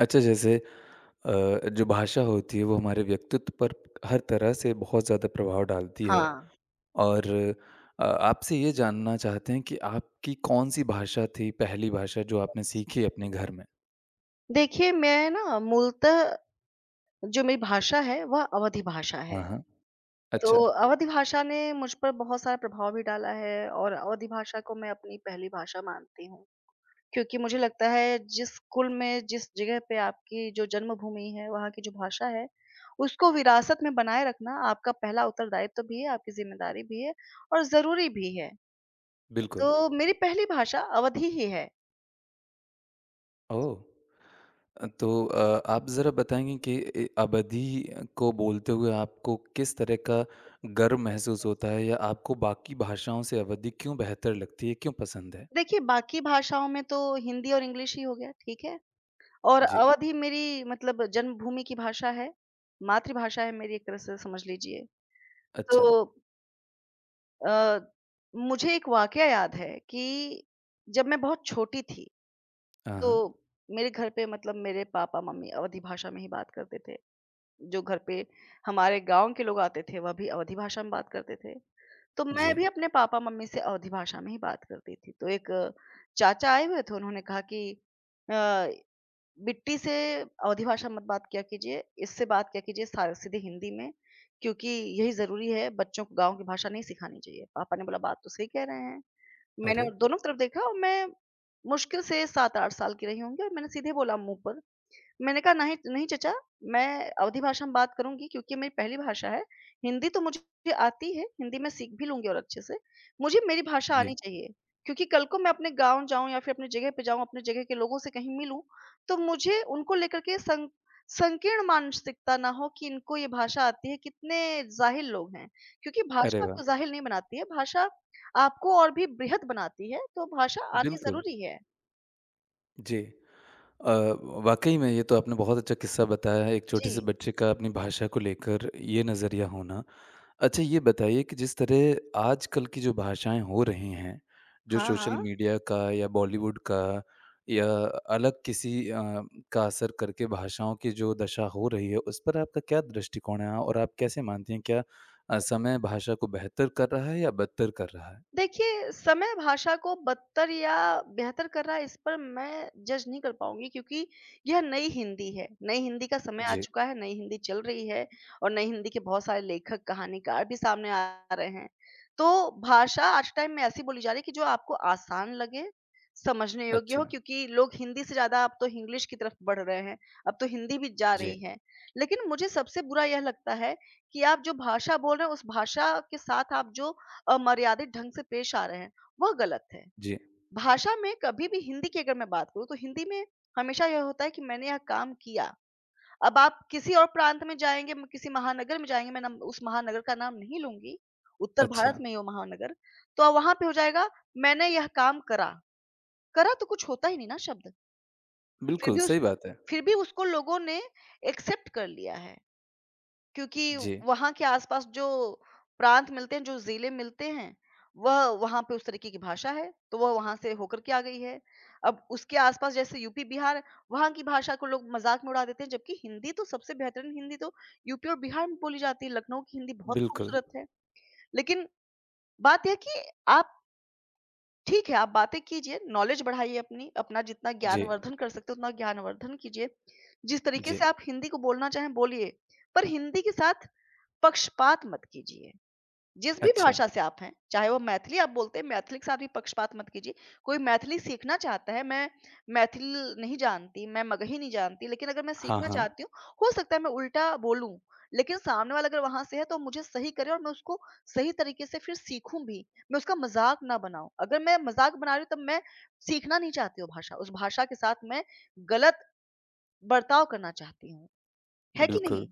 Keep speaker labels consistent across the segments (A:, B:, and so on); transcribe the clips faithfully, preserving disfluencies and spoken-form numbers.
A: अच्छा, जैसे अ, जो भाषा होती है वो हमारे व्यक्तित्व पर हर तरह से बहुत ज़्यादा प्रभाव डालती है।
B: हाँ।
A: और अ, आपसे ये जानना चाहते हैं कि आपकी कौन-सी भाषा थी, पहली भाषा जो आपने सीखी अपने घर में?
B: देखिए मैं ना मूलतः जो मेरी भाषा है वह अवधी भाषा
A: हाँ,
B: है।
A: हाँ।
B: तो
A: अच्छा,
B: अवधी भाषा ने मुझ पर बहुत सारा प्रभाव भी डाला है और अवधी भाषा को मैं अपनी पहली भाषा मानती हूँ। क्योंकि मुझे लगता है जिस कुल में जिस जगह पे आपकी जो जन्मभूमि है, वहाँ की जो भाषा है, उसको विरासत में बनाए रखना आपका पहला उत्तरदायित्व भी है, आपकी ज़िम्मेदारी भी है और ज़रूरी भी है। तो
A: बिल्कुल।
B: मेरी पहली भाषा अवधी ही है।
A: ओह! अ, तो अ, आप ज़रा बताएँगे कि ए अवधी को बोलते हुए आपको किस तरह का गर्व महसूस होता है, या आपको बाकी भाषाओं से अवधी क्यों बेहतर लगती है, क्यों पसंद है?
B: देखिए बाकी भाषाओं में तो हिंदी और इंग्लिश ही हो गया, ठीक है। और
A: जी।
B: अवधी मेरी मतलब जन्मभूमि की भाषा है, मातृभाषा है मेरी एक तरह से समझ लीजिए।
A: अच्छा।
B: तो अ, मुझे एक वाकया याद है कि जब मैं बहुत छोटी थी,
A: हाँ,
B: तो
A: हाँ।
B: मेरे घर पे मतलब मेरे पापा-मम्मी अवधी भाषा में ही बात करते थे। जो घर पे हमारे गाँव के लोग आते थे, वह भी अवधी भाषा में बात करते थे। तो मैं
A: जी।
B: भी अपने पापा-मम्मी से अवधी भाषा में ही बात करती थी। तो एक चाचा आए हुए थे, उन्होंने कहा कि अ, मिट्टी से अवधी भाषा मत बात किया कीजिए, इससे बात किया कीजिए सा सीधे हिंदी में, क्योंकि यही ज़रूरी है, बच्चों को गाँव की भाषा नहीं सिखानी चाहिए। पापा ने बोला, "बात तो सही कह रहे हैं।" मैंने
A: अरे!
B: दोनों तरफ देखा और मैं मुश्किल से सात आठ साल की रही होंगी और मैंने सीधे बोला मुँह पर मैंने कहा, "नहीं नहीं चचा, मैं अवधी भाषा में बात करूँगी क्योंकि मेरी पहली भाषा है। हिंदी तो मुझे आती है, हिंदी मैं सीख भी लूँगी और अच्छे से। मुझे मेरी भाषा
A: जी।
B: आनी चाहिए क्योंकि कल को मैं अपने गाँव जाऊँ या फिर अपनी जगह पे जाऊँ, अपने जगह के लोगों से कहीं मिलूँ, तो मुझे उनको लेकर के सं संकीर्ण मानसिकता ना हो कि इनको ये भाषा आती है, कितने ज़ाहिल लोग हैं। क्योंकि
A: अरे
B: भाषा आपको
A: वाह!
B: ज़ाहिल नहीं बनाती है, भाषा आपको और भी बृहत बनाती है, तो भाषा आनी
A: बिल्कुल,
B: ज़रूरी है।
A: जी। अ, वाक़ई में ये तो आपने बहुत अच्छा किस्सा बताया है, एक छोटे-से
B: जी।
A: बच्चे का अपनी भाषा को लेकर ये नज़रिया होना। अच्छा, ये बताइए कि जिस तरह आजकल की जो भाषाएँ हो रही हैं, जो
B: हाँ,
A: सोशल
B: हाँ।
A: मीडिया का या बॉलीवुड का या अलग किसी अ, का असर करके भाषाओं की जो दशा हो रही है, उस पर आपका क्या दृष्टिकोण है? और आप कैसे मानती हैं, क्या अ, समय भाषा को बेहतर कर रहा है या बदतर कर रहा है?
B: देखिए, समय भाषा को बदतर या बेहतर कर रहा है इस पर मैं जज नहीं कर पाऊँगी क्योंकि यह नई हिंदी है। नई हिंदी का समय आ
A: जी,
B: चुका है, नई हिंदी चल रही है और नई हिंदी के बहुत सारे लेखक, कहानीकार भी सामने आ रहे हैं। तो भाषा आज टाइम में ऐसी बोली जा रही है कि जो आपको आसान लगे, समझने योग्य हो
A: अच्छा।
B: क्योंकि लोग हिंदी से ज़्यादा अब तो इंग्लिश की तरफ बढ़ रहे हैं, अब तो हिंदी भी जा
A: जी,
B: रही है। लेकिन मुझे सबसे बुरा यह लगता है कि आप जो भाषा बोल रहे हैं, उस भाषा के साथ आप जो अमर्यादित ढंग से पेश आ रहे हैं, वह गलत है।
A: जी।
B: भाषा में कभी भी हिंदी की अगर मैं बात करूँ तो हिंदी में हमेशा यह होता है कि मैंने यह काम किया। अब आप किसी और प्रांत में जाएँगे, किसी महानगर में जाएँगे, मैं नम उस महानगर का नाम नहीं लूँगी, उत्तर भारत
A: अच्छा,
B: में है वो महानगर। तो वहाँ पे हो जाएगा मैंने यह काम करा, करा तो कुछ होता ही नहीं ना शब्द। फिर
A: बिल्कुल
B: भी
A: सही
B: उसको
A: बात है।
B: फिर भी उसको लोगों ने एक्सेप्ट कर लिया है। क्योंकि
A: जी,
B: वहाँ के आसपास जो प्रांत मिलते हैं, जो ज़िले मिलते हैं, वह वहाँ पे उस तरीके की भाषा है, तो वह वहाँ से होकर के आ गई है। अब उसके आसपास जैसे यूपी, बिहार, है, वहाँ की भाषा को लोग मज़ाक में उड़ा देते हैं, जबकि हिंदी तो सबसे बेहतरीन हिंदी तो यूपी और बिहार में बोली जाती है। लखनऊ की हिंदी बहुत
A: बिल्कुल।
B: खूबसूरत है। लेकिन बात यह है कि आप ठीक है, आप बातें कीजिए, नॉलेज बढ़ाइए अपनी, अपना जितना
A: जी,
B: ज्ञानवर्धन कर सकते हो उतना ज्ञानवर्धन कीजिए। जिस तरीके
A: जी।
B: से आप हिंदी को बोलना चाहें, बोलिए, पर हिंदी के साथ पक्षपात मत कीजिए। जिस भी राइट।
A: अच्छा।
B: भाषा से आप हैं, चाहे वो मैथिली आप बोलते हैं, मैथिली के साथ भी पक्षपात मत कीजिए। कोई मैथिली सीखना चाहता है, मैं मैथिल नहीं जानती, मैं मगही नहीं जानती, लेकिन अगर मैं
A: हाँ,
B: सीखना
A: हाँ,
B: चाहती हूँ, हो सकता है मैं उल्टा बोलूँ, लेकिन सामने वाला अगर वहाँ से है तो मुझे सही करे और मैं उसको सही तरीके से फिर सीखूँ भी। मैं उसका मज़ाक ना बनाऊँ। अगर मैं मज़ाक बना रही हूँ तब मैं सीखना नहीं चाहती वो भाषा। उस भाषा के साथ मैं गलत बर्ताव करना चाहती हूँ। है कि हुँ,
A: बिल्कुल।
B: नहीं?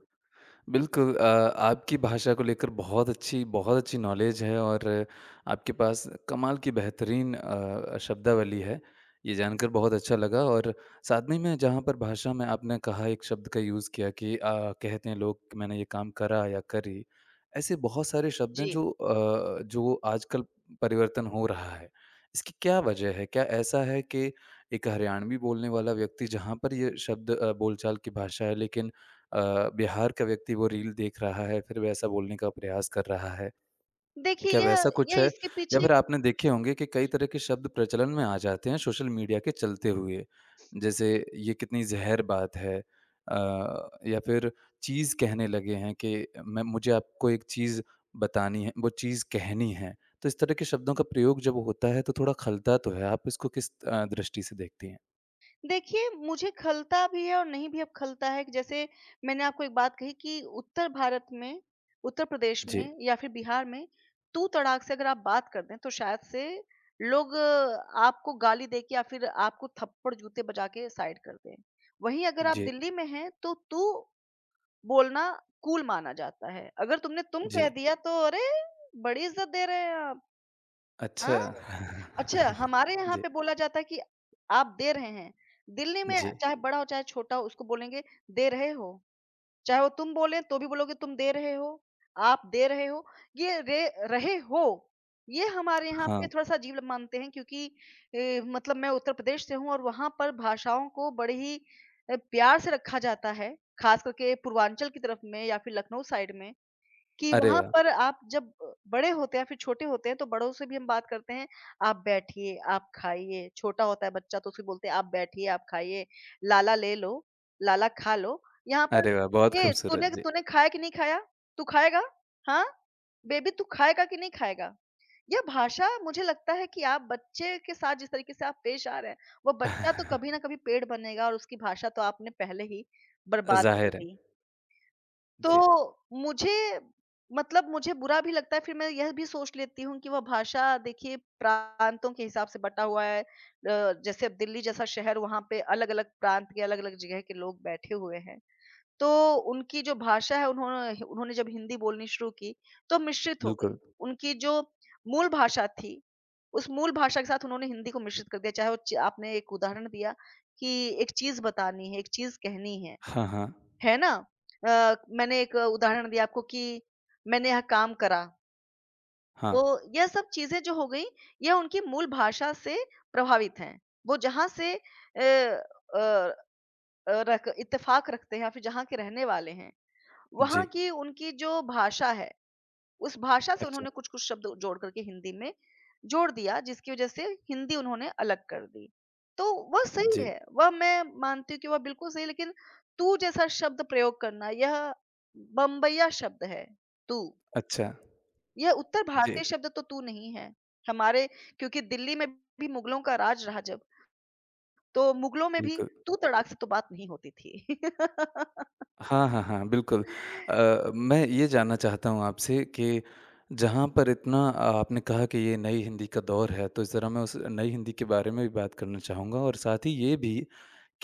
A: बिल्कुल। अ, आपकी भाषा को लेकर बहुत
B: बिल्कुल।
A: अच्छी बहुत अच्छी नॉलेज है और आपके पास कमाल की बेहतरीन अ, शब्दावली है। ये जानकर बहुत अच्छा लगा। और साथ में ही मैं, जहाँ पर भाषा में आपने कहा एक शब्द का यूज़ किया कि अ, कहते हैं लोग कि मैंने ये काम करा या करी। ऐसे बहुत सारे शब्द हैं
B: जी।
A: जो अ, जो आजकल परिवर्तन हो रहा है। इसकी क्या वजह है? क्या ऐसा है कि एक हरियाणवी बोलने वाला व्यक्ति जहाँ पर ये शब्द अ, बोलचाल की भाषा है, लेकिन अ, बिहार का व्यक्ति वो रील देख रहा है, फिर वैसा बोलने का प्रयास कर रहा है।
B: देखिए
A: क्या
B: तो यह
A: वैसा कुछ
B: यह
A: है?
B: इसके
A: या
B: पीछे
A: फिर आपने देखे होंगे कि कई तरह के शब्द प्रचलन में आ जाते हैं सोशल मीडिया के चलते हुए। जैसे ये कितनी ज़हर बात है, अ, या फिर चीज़ कहने लगे हैं कि मैं मुझे आपको एक चीज़ बतानी है, वो चीज़ कहनी है। तो इस तरह के शब्दों का प्रयोग जब होता है तो थोड़ा खलता तो है। आप इसको किस अ, दृष्टि से देखती हैं?
B: देखिए, मुझे खलता भी है और नहीं भी अब खलता है कि जैसे मैंने आपको एक बात कही कि उत्तर भारत में, उत्तर प्रदेश
A: जी,
B: में या फिर बिहार में तू-तड़ाक से अगर आप बात कर दें, तो शायद से लोग अ, आपको गाली दे के या फिर आपको थप्पड़ जूते बजा के साइड कर दें। वहीं अगर आप, जी,
A: जी,
B: दिल्ली में हैं, तो तू बोलना कूल माना जाता है। अगर तुमने तुम कह
A: जी।
B: दिया, तो अरे! बड़ी इज़्ज़त दे रहे हैं आप।
A: अच्छा।
B: हाँ? अच्छा, हमारे यहाँ
A: जी,
B: पे बोला जाता है कि आप दे रहे हैं। दिल्ली में
A: जी।
B: चाहे बड़ा हो, चाहे छोटा हो, उसको बोलेंगे दे रहे हो। चाहे वो तुम बोले तो भी बोलोगे तुम दे रहे हो, आप दे रहे हो। ये रे रहे हो, ये हमारे यहाँ
A: हाँ।
B: पे थोड़ा-सा अजीब ल मानते हैं क्योंकि ए, मतलब मैं उत्तर प्रदेश से हूँ और वहाँ पर भाषाओं को बड़े ही अ, प्यार से रखा जाता है। ख़ास करके पूर्वांचल की तरफ में या फिर लखनऊ साइड में। कि
A: अरे
B: वहाँ
A: वाह!
B: पर आप जब अ, बड़े होते हैं फिर छोटे होते हैं तो बड़ों से भी हम बात करते हैं, आप बैठिए, आप खाइए, छोटा होता है बच्चा तो उसे बोलते हैं आप बैठिए, आप खाइए, लाला ले लो, लाला खा लो। यहाँ पर
A: अरे वाह! बहुत
B: ये
A: खूबसूरत,
B: तूने
A: जी।
B: तूने खाया कि नहीं खाया? तू खाएगा? हाँ? बेबी तू खाएगा कि नहीं खाएगा? यह भाषा मुझे लगता है कि आप बच्चे के साथ जिस तरीके से आप पेश आ रहे हैं, वो बच्चा तो कभी न कभी पेड़ बनेगा और उसकी भाषा तो आपने पहले ही बर्बाद कर
A: ज़ाहिर है।
B: दी।
A: जी,
B: तो मुझे मतलब मुझे बुरा भी लगता है, फिर मैं यह भी सोच लेती हूँ कि वह भाषा देखिए प्रांतों के हिसाब से बँटा हुआ है। अ, जैसे अब दिल्ली जैसा शहर वहाँ पे अलग-अलग प्रांत के अलग-अलग जगह के लोग बैठे हुए हैं। तो उनकी जो भाषा है उन्होंने उन्होंने जब हिंदी बोलनी शुरू की तो मिश्रित हो
A: बिल्कुल।
B: गई। उनकी जो मूल भाषा थी, उस मूल भाषा के साथ उन्होंने हिंदी को मिश्रित कर दिया। चाहे वो च आपने एक उदाहरण दिया कि एक चीज़ बतानी है, एक चीज़ कहनी है।
A: हाँ, हाँ।
B: है ना? अ, मैंने एक उदाहरण दिया आपको कि मैंने यहाँ काम करा,
A: हाँ।
B: तो यह सब चीज़ें जो हो गई, यह उनकी मूल भाषा से प्रभावित हैं। वो जहाँ से अ अ अ, रख इत्तेफ़ाक रखते हैं या फिर जहाँ के रहने वाले हैं,
A: जी।
B: वहाँ की उनकी जो भाषा है उस भाषा से
A: अच्छा।
B: उन्होंने कुछ-कुछ शब्द जोड़ कर के हिंदी में जोड़ दिया, जिसकी वजह से हिंदी उन्होंने अलग कर दी। तो वह सही
A: जी।
B: है, वह मैं मानती हूँ कि वह बिल्कुल सही है, लेकिन तू जैसा शब्द प्रयोग करना, यह बम्बईया शब्द है, तू।
A: अच्छा।
B: यह उत्तर
A: जी,
B: भारतीय शब्द तो तू नहीं है। हमारे क्योंकि दिल्ली में भी मुगलों का राज रहा जब, तो मुगलों में भी
A: बिल्कुल।
B: तू तड़ाक से तो बात नहीं होती थी।
A: हाँ, हाँ, हाँ, बिल्कुल। अ, मैं ये जानना चाहता हूँ आपसे कि जहाँ पर इतना अ, आपने कहा कि ये नई हिंदी का दौर है, तो ज़रा मैं उस नई हिंदी के बारे में भी बात करना चाहूँगा। और साथ ही ये भी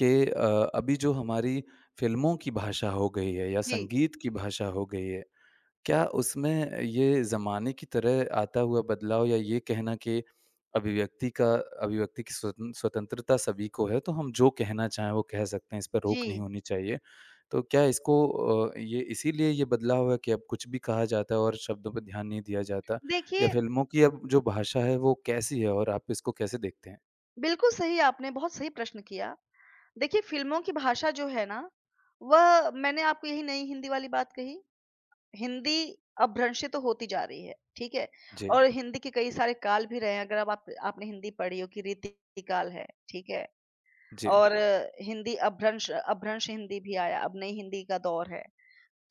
A: कि अ, अभी जो हमारी फ़िल्मों की भाषा हो गई है या
B: जी,
A: संगीत की भाषा हो गई है, क्या उसमें ये ज़माने की तरह आता हुआ बदलाव, या ये कहना कि अभिव्यक्ति का अभिव्यक्ति की स्वतन स्वतंत्रता सभी को है, तो हम जो कहना चाहें वो कह सकते हैं, इस पर रोक नहीं
B: जी।
A: होनी चाहिए। तो क्या इसको अ, ये इसीलिए ये बदलाव हुआ कि अब कुछ भी कहा जाता है और शब्दों पर ध्यान नहीं दिया जाता? या
B: देखिए,
A: फिल्मों की अब जो भाषा है वो कैसी है और आप इसको कैसे देखते हैं?
B: बिल्कुल सही आपने बहुत सही प्रश्न किया। देखिए, फ़िल्मों की भाषा जो है ना, वह मैंने आपको यही नई हिंदी वाली बात कही। हिंदी अपभ्रंशित तो होती जा रही है, ठीक है?
A: जी,
B: और हिंदी के कई सारे काल भी रहे हैं, अगर अब आप आपने हिंदी पढ़ी हो कि रीति काल है, ठीक है?
A: जी,
B: और हिंदी अपभ्रंश अपभ्रंश हिंदी भी आया, अब नई हिंदी का दौर है।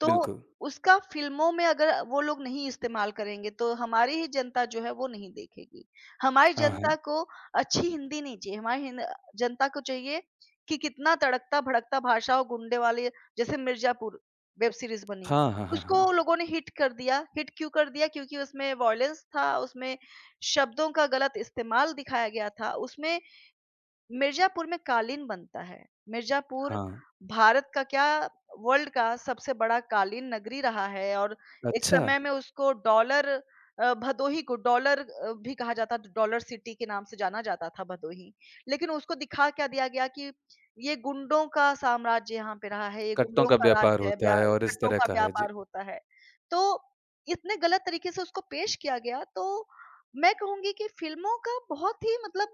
B: तो
A: बिल्कुल।
B: उसका फ़िल्मों में अगर वो लोग नहीं इस्तेमाल करेंगे, तो हमारी ही जनता जो है वो नहीं देखेगी। हमारी
A: हाँ,
B: जनता
A: हाँ।
B: को अच्छी हिंदी नहीं चाहिए, हमारी हिन जनता को चाहिए कि कितना तड़कता-भड़कता भाषा और गुंडे वाले जैसे मिर्ज़ापुर वेब सीरीज़ बनी है,
A: हाँ, हाँ, हाँ,
B: उसको
A: हाँ।
B: लोगों ने हिट कर दिया, हिट क्यों कर दिया? क्योंकि उसमें वॉयलेंस था, उसमें शब्दों का गलत इस्तेमाल दिखाया गया था, उसमें मिर्ज़ापुर में कालीन बनता है। मिर्ज़ापुर
A: हाँ,
B: भारत का क्या, वर्ल्ड का सबसे बड़ा कालीन नगरी रहा है और एक
A: अच्छा!
B: समय में उसको डॉलर अ, भदोही को डॉलर अ, भी कहा जाता था, डॉलर सिटी के नाम से जाना जाता था भदोही। लेकिन उसको दिखा क्या दिया गया कि ये गुंडों का साम्राज्य यहाँ पे रहा है, ये
A: कट्टों
B: गुंडों
A: का
B: का राज
A: व्यापार
B: है, व्या
A: होता है और इस
B: कट्टों
A: तरह
B: का
A: का है। जी,
B: व्यापार होता है। तो इतने गलत तरीके से उसको पेश किया गया तो मैं कहूँगी कि फ़िल्मों का बहुत ही मतलब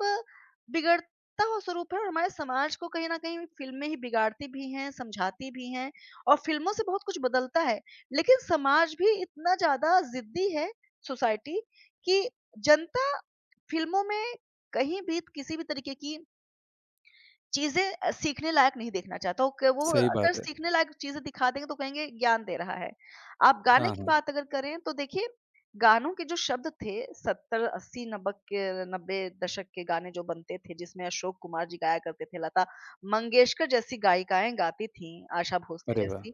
B: बिगड़ तो स्वरूप है और हमारे समाज को कहीं न कहीं फ़िल्में ही बिगाड़ती भी हैं, समझाती भी हैं और फ़िल्मों से बहुत कुछ बदलता है। लेकिन समाज भी इतना ज़्यादा ज़िद्दी है, सोसाइटी कि जनता फ़िल्मों में कहीं भी किसी भी तरीके की चीज़ें अ, सीखने लायक नहीं देखना चाहता, वो क वो
A: सही
B: अगर
A: बात है।
B: सीखने लायक चीज़ें दिखा देंगे तो कहेंगे ज्ञान दे रहा है। आप गाने
A: हाँ,
B: की
A: हाँ।
B: बात अगर करें तो देखिए, गानों के जो शब्द थे सत्तर, अस्सी, नब्बे के नब्बे दशक के गाने जो बनते थे जिसमें अशोक कुमार जी गाया करते थे, लता मंगेशकर जैसी गायिकाएँ गाती थीं, आशा भोसले
A: अरे वाह!
B: जैसी,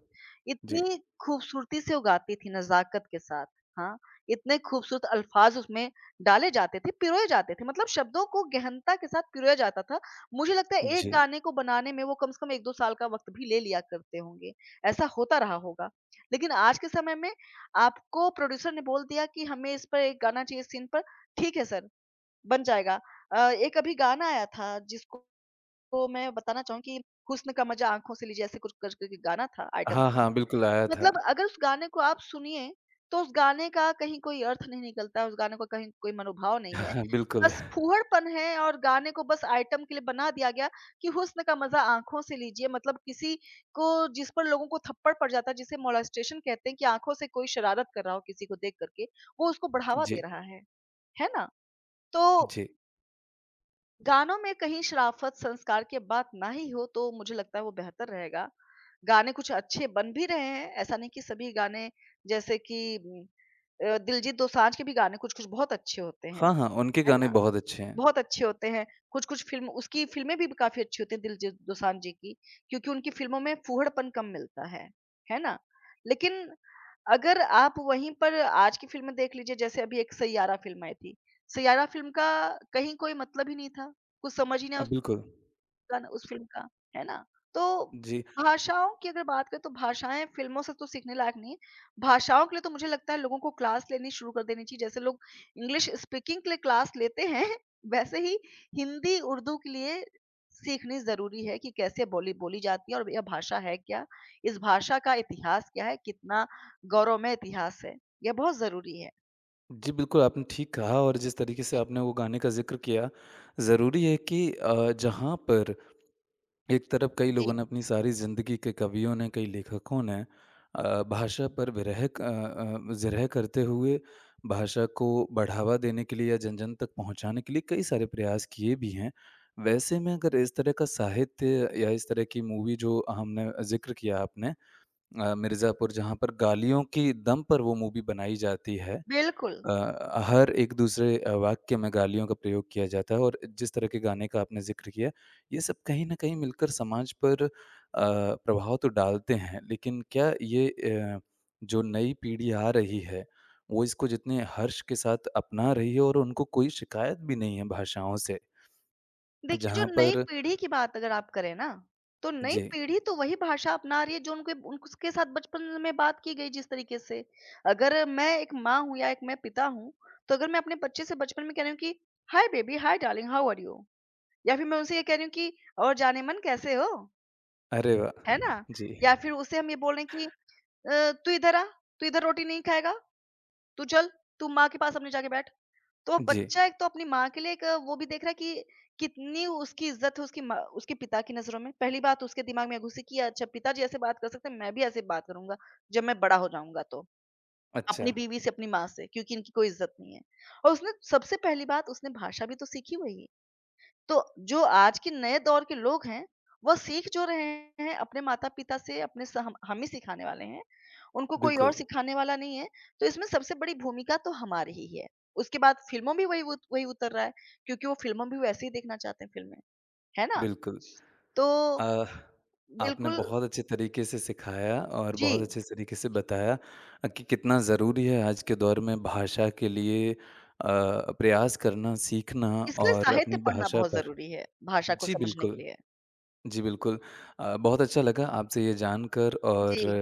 A: जी,
B: इतनी खूबसूरती से वो गाती थीं नज़ाकत के साथ, हाँ। इतने खूबसूरत अल्फाज़ उसमें डाले जाते थे, पिरोए जाते थे, मतलब शब्दों को गहनता के साथ पिरोया जाता था। मुझे लगता है एक
A: जी।
B: गाने को बनाने में वो कम से कम एक दो साल का वक़्त भी ले लिया करते होंगे, ऐसा होता रहा होगा। लेकिन आज के समय में आपको प्रोड्यूसर ने बोल दिया कि हमें इस पर एक गाना चाहिए, इस सीन पर, ठीक है सर, बन जाएगा। अ, एक अभी गाना आया था जिसको मैं बताना चाहूँगी कि हुस्न का मज़ा आँखों से लीजिए ऐसे कुछ करके गाना था आइटम
A: हाँ,
B: सॉन्ग।
A: हाँ, बिल्कुल आया था।
B: मतलब अगर उस गाने को आप सुनिए, तो उस गाने का कहीं कोई अर्थ नहीं निकलता है, उस गाने का कहीं कोई मनोभाव
A: हाँ,
B: नहीं है।
A: हाँ, बिल्कुल।
B: बस फूहड़पन है और गाने को बस आइटम के लिए बना दिया गया कि हुस्न का मज़ा आँखों से लीजिए, मतलब किसी को जिस पर लोगों को थप्पड़ पड़ जाता है, जिसे मोलेस्टेशन कहते हैं कि आँखों से कोई शरारत कर रहा हो किसी को देख कर के, वो उसको बढ़ावा दे
A: जी,
B: रहा है, है ना? तो
A: जी।
B: गानों में कहीं शराफ़त संस्कार की बात ना ही हो तो मुझे लगता है वो बेहतर रहेगा। गाने कुछ अच्छे बन भी रहे हैं, ऐसा नहीं कि सभी गाने, जैसे कि उम, अ, दिलजीत दोसांझ के भी गाने कुछ-कुछ बहुत अच्छे होते हैं,
A: हाँ, हाँ, उनके
B: है
A: गाने
B: ना?
A: बहुत अच्छे हैं।
B: बहुत अच्छे होते हैं। कुछ-कुछ फ़िल्म उसकी फ़िल्में भी काफ़ी अच्छी होती हैं दिलजीत दोसांझ जी की, क्योंकि उनकी फ़िल्मों में फूहड़पन कम मिलता है, है ना? लेकिन अगर आप वहीं पर आज की फ़िल्में देख लीजिए, जैसे अभी एक सैयारा फ़िल्म आई थी। सैयारा फ़िल्म का कहीं कोई मतलब ही नहीं था। कुछ समझ ही नहीं
A: अ,
B: आया
A: बिल्कुल।
B: उसका, उस फ़िल्म का, है ना? तो
A: जी,
B: भाषाओं की अगर बात करें तो भाषाएँ फ़िल्मों से तो सीखने लायक नहीं है। भाषाओं के लिए तो मुझे लगता है लोगों को क्लास लेनी शुरू कर देनी चाहिए। जैसे लोग इंग्लिश स्पीकिंग के लिए क्लास लेते हैं, वैसे ही हिंदी, उर्दू के लिए सीखनी ज़रूरी है कि कैसे बोली बोली जाती है और यह भाषा है क्या? इस भाषा का इतिहास क्या है? कितना गौरवमय इतिहास है? यह बहुत ज़रूरी है।
A: जी, बिल्कुल आपने ठीक कहा। और जिस तरीके से आपने वो गाने का ज़िक्र किया, ज़रूरी है कि अ, जहाँ पर एक तरफ कई लोगों
B: जी।
A: ने, अपनी सारी ज़िंदगी के कवियों ने, कई लेखकों ने अ, भाषा पर विरह क अ अ, ज़िरह करते हुए भाषा को बढ़ावा देने के लिए या जन-जन तक पहुँचाने के लिए कई सारे प्रयास किए भी हैं। वैसे में अगर इस तरह का साहित्य या इस तरह की मूवी जो हमने ज़िक्र किया आपने, अ, मिर्ज़ापुर, जहाँ पर गालियों की दम पर वो मूवी बनाई जाती है।
B: बिल्कुल।
A: अ, हर एक दूसरे अ, वाक्य में गालियों का प्रयोग किया जाता है और जिस तरह के गाने का आपने ज़िक्र किया, ये सब कहीं न कहीं मिलकर समाज पर अ, प्रभाव तो डालते हैं। लेकिन क्या ये, अ, जो नई पीढ़ी आ रही है, वो इसको जितने हर्ष के साथ अपना रही है और उनको कोई शिकायत भी नहीं है भाषाओं से,
B: देखिए, जो
A: जहाँ
B: नई
A: पर
B: पीढ़ी की बात अगर आप करें ना, तो नई
A: जी।
B: पीढ़ी तो वही भाषा अपना रही है जो उनके उन उसके साथ बचपन में बात की गई जिस तरीके से। अगर मैं एक माँ हूँ या एक मैं पिता हूँ, तो अगर मैं अपने बच्चे से बचपन में कह रही हूँ कि, "hi baby, hi darling, how are you?" या फिर मैं उनसे ये कह रही हूँ कि, "और जानेमन कैसे हो?"
A: अरे वाह!
B: है ना?
A: जी,
B: या फिर उसे हम ये बोल रहे हैं कि अ, "तू इधर आ, तू इधर रोटी नहीं खाएगा, तू चल, तू माँ के पास अपने जाके बैठ।" तो
A: जी।
B: बच्चा एक तो अपनी माँ के लिए एक वो भी देख रहा है कि कितनी उसकी इज़्ज़त है उसकी माँ उसके पिता की नज़रों में। पहली बात तो उसके दिमाग में घुसी कि अच्छा पिताजी ऐसे बात कर सकते हैं, मैं भी ऐसे बात करूँगा, जब मैं बड़ा हो जाऊँगा तो।
A: अच्छा,
B: अपनी बीवी से, अपनी माँ से क्योंकि इनकी कोई इज़्ज़त नहीं है। और उसने सबसे पहली बात उसने भाषा भी तो सीखी वही है। तो जो आज के नए दौर के लोग हैं, वह सीख जो रहे हैं अपने माता-पिता से, अपने स हम हम ही सिखाने वाले हैं। उनको कोई और
A: बिल्कुल,
B: सिखाने वाला नहीं है, तो इसमें सबसे बड़ी भूमिका तो हमारी ही है। उसके बाद फ़िल्मों भी वही उत वही उतर रहा है, क्योंकि वो फ़िल्मों में भी वैसे ही देखना चाहते हैं फ़िल्में, है ना?
A: बिल्कुल।
B: तो
A: अ, आपने
B: बिल्कुल
A: बहुत अच्छे तरीके से सिखाया और बहुत
B: जी,
A: अच्छे तरीके से बताया अ, कि कितना ज़रूरी है आज के दौर में भाषा के लिए अ, प्रयास करना, सीखना
B: इसलिए
A: और
B: साहित्य
A: अपनी
B: पढ़ना
A: भाषा
B: बहुत
A: पर।
B: ज़रूरी है, भाषा को
A: जी,
B: समझने के
A: बिल्कुल।
B: लिए।
A: जी, बिल्कुल। अ, बहुत अच्छा लगा आपसे ये जानकर। और
B: जी,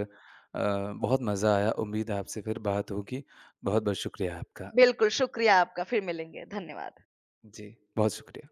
A: अ, बहुत मज़ा आया। उम्मीद है आपसे फिर बात होगी। बहुत-बहुत शुक्रिया आपका।
B: बिल्कुल शुक्रिया आपका, फिर मिलेंगे, धन्यवाद।
A: जी, बहुत शुक्रिया।